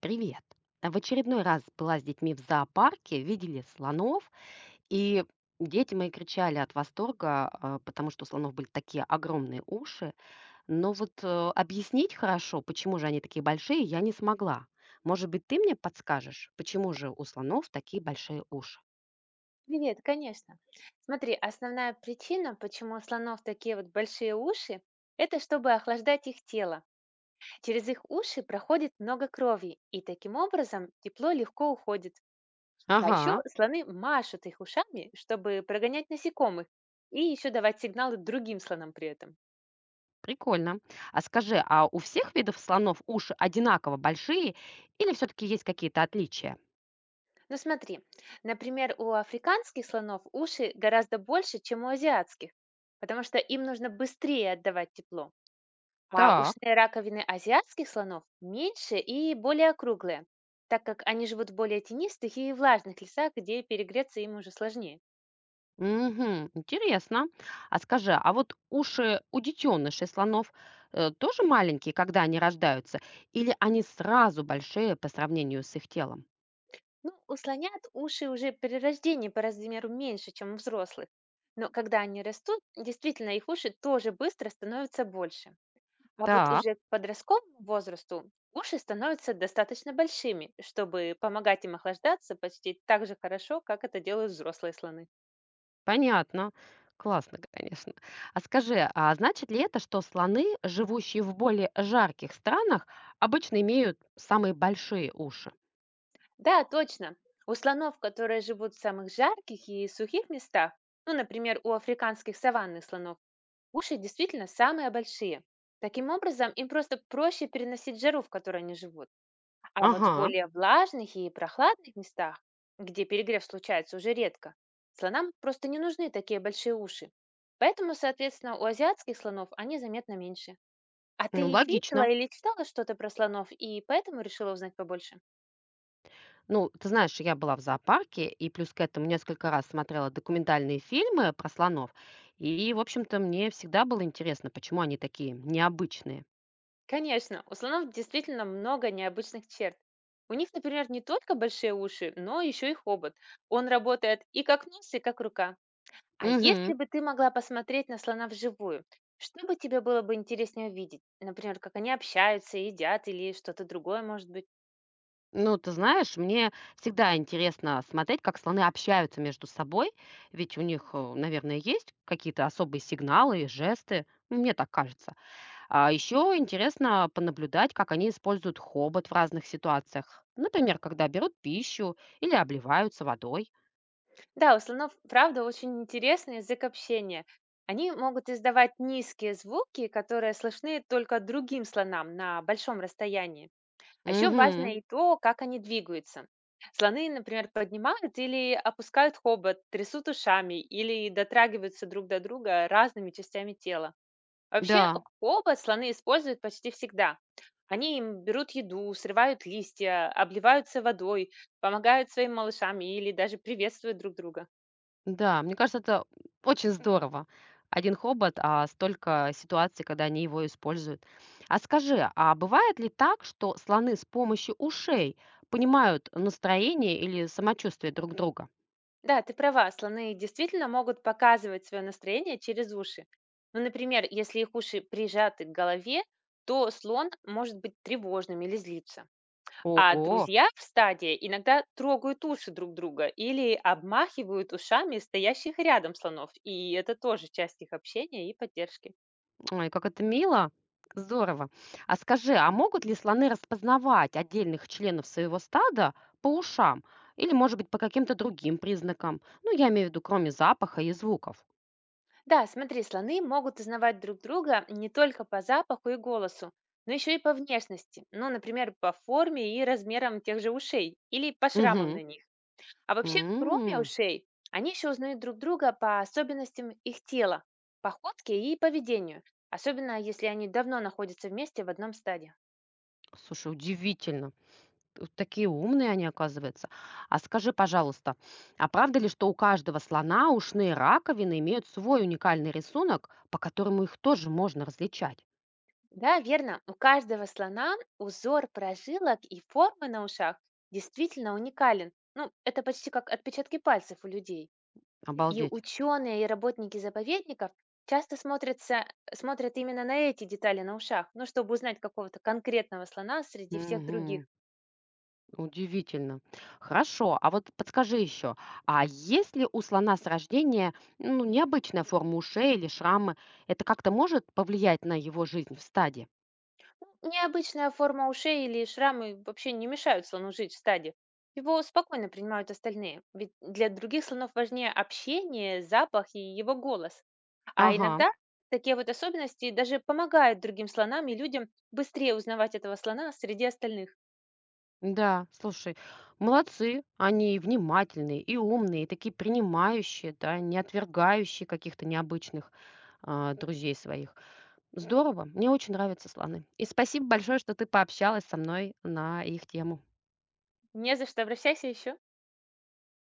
Привет. В очередной раз была с детьми в зоопарке, видели слонов, и дети мои кричали от восторга, потому что у слонов были такие огромные уши. Но вот э, Объяснить хорошо, почему же они такие большие, я не смогла. Может быть, ты мне подскажешь, почему же у слонов такие большие уши? Привет, конечно. Смотри, основная причина, почему у слонов такие вот большие уши, это чтобы охлаждать их тело. Через их уши проходит много крови, и таким образом тепло легко уходит. А еще Ага, слоны машут их ушами, чтобы прогонять насекомых и еще давать сигналы другим слонам при этом. прикольно. А скажи, а у всех видов слонов уши одинаково большие или все-таки есть какие-то отличия? Но смотри, например, у африканских слонов уши гораздо больше, чем у азиатских, потому что им нужно быстрее отдавать тепло. А Так. ушные раковины азиатских слонов меньше и более округлые, так как они живут в более тенистых и влажных лесах, где перегреться им уже сложнее. Мгм. Интересно. А скажи, а вот уши у детенышей слонов тоже маленькие, когда они рождаются, или они сразу большие по сравнению с их телом? Ну, у слонят уши уже при рождении по размеру меньше, чем у взрослых. Но когда они растут, действительно их уши тоже быстро становятся больше. А вот Так, уже к подростковому возрасту уши становятся достаточно большими, чтобы помогать им охлаждаться почти так же хорошо, как это делают взрослые слоны. понятно. Классно, конечно. А скажи, а значит ли это, что слоны, живущие в более жарких странах, обычно имеют самые большие уши? Да, точно. У слонов, которые живут в самых жарких и сухих местах, ну, например, у африканских саванных слонов, уши действительно самые большие. Таким образом, им просто проще переносить жару, в которой они живут. А вот в Ага, более влажных и прохладных местах, где перегрев случается уже редко, слонам просто не нужны такие большие уши. Поэтому, соответственно, у азиатских слонов они заметно меньше. А ты ну видела логично. или читала что-то про слонов, и поэтому решила узнать побольше? Ну, ты знаешь, я была в зоопарке и плюс к этому несколько раз смотрела документальные фильмы про слонов. И, в общем-то, мне всегда было интересно, почему они такие необычные. Конечно, у слонов действительно много необычных черт. У них, например, не только большие уши, но еще и хобот. Он работает и как нос, и как рука. А если Угу. бы ты могла посмотреть на слона вживую, что бы тебе было бы интереснее увидеть? Например, как они общаются, едят или что-то другое, может быть. Ну, ты знаешь, мне всегда интересно смотреть, как слоны общаются между собой, ведь у них, наверное, есть какие-то особые сигналы и жесты, мне так кажется. А еще интересно понаблюдать, как они используют хобот в разных ситуациях, например, когда берут пищу или обливаются водой. Да, у слонов, правда, очень интересный язык общения. Они могут издавать низкие звуки, которые слышны только другим слонам на большом расстоянии. А еще Угу. важно и то, как они двигаются. Слоны, например, поднимают или опускают хобот, трясут ушами или дотрагиваются друг до друга разными частями тела. Вообще, Да, хобот слоны используют почти всегда. Они им берут еду, срывают листья, обливаются водой, помогают своим малышам или даже приветствуют друг друга. да, мне кажется, это очень здорово. Один хобот, а столько ситуаций, когда они его используют. А скажи, а бывает ли так, что слоны с помощью ушей понимают настроение или самочувствие друг друга? Да, ты права, слоны действительно могут показывать свое настроение через уши. Ну, например, если их уши прижаты к голове, то слон может быть тревожным или злиться. А Ого, друзья в стаде иногда трогают уши друг друга или обмахивают ушами стоящих рядом слонов, и это тоже часть их общения и поддержки. ой, как это мило, здорово. А скажи, а могут ли слоны распознавать отдельных членов своего стада по ушам или, может быть, по каким-то другим признакам? Ну, я имею в виду, кроме запаха и звуков. Да, смотри, слоны могут узнавать друг друга не только по запаху и голосу, но еще и по внешности, ну, например, по форме и размерам тех же ушей или по шрамам Мгм. на них. А вообще, кроме ушей, они еще узнают друг друга по особенностям их тела, походке и поведению, особенно если они давно находятся вместе в одном стаде. Слушай, удивительно. Т Такие умные они, оказываются. А скажи, пожалуйста, а правда ли, что у каждого слона ушные раковины имеют свой уникальный рисунок, по которому их тоже можно различать? Да, верно, у каждого слона узор прожилок и формы на ушах действительно уникален. Ну, это почти как отпечатки пальцев у людей. И Обалдеть. ученые и работники заповедников часто смотрят именно на эти детали на ушах, ну, чтобы узнать какого-то конкретного слона среди всех других. Мгм. Удивительно. Хорошо, а вот подскажи еще, а если у слона с рождения, ну, необычная форма ушей или шрамы, это как-то может повлиять на его жизнь в стаде? Ну, необычная форма ушей или шрамы вообще не мешают слону жить в стаде. Его спокойно принимают остальные, ведь для других слонов важнее общение, запах и его голос. А Ага. иногда такие вот особенности даже помогают другим слонам и людям быстрее узнавать этого слона среди остальных. Да, слушай, молодцы, они и внимательные, и умные, и такие принимающие, да, не отвергающие каких-то необычных друзей своих. Здорово, мне очень нравятся слоны. И спасибо большое, что ты пообщалась со мной на их тему. Не за что, обращайся еще.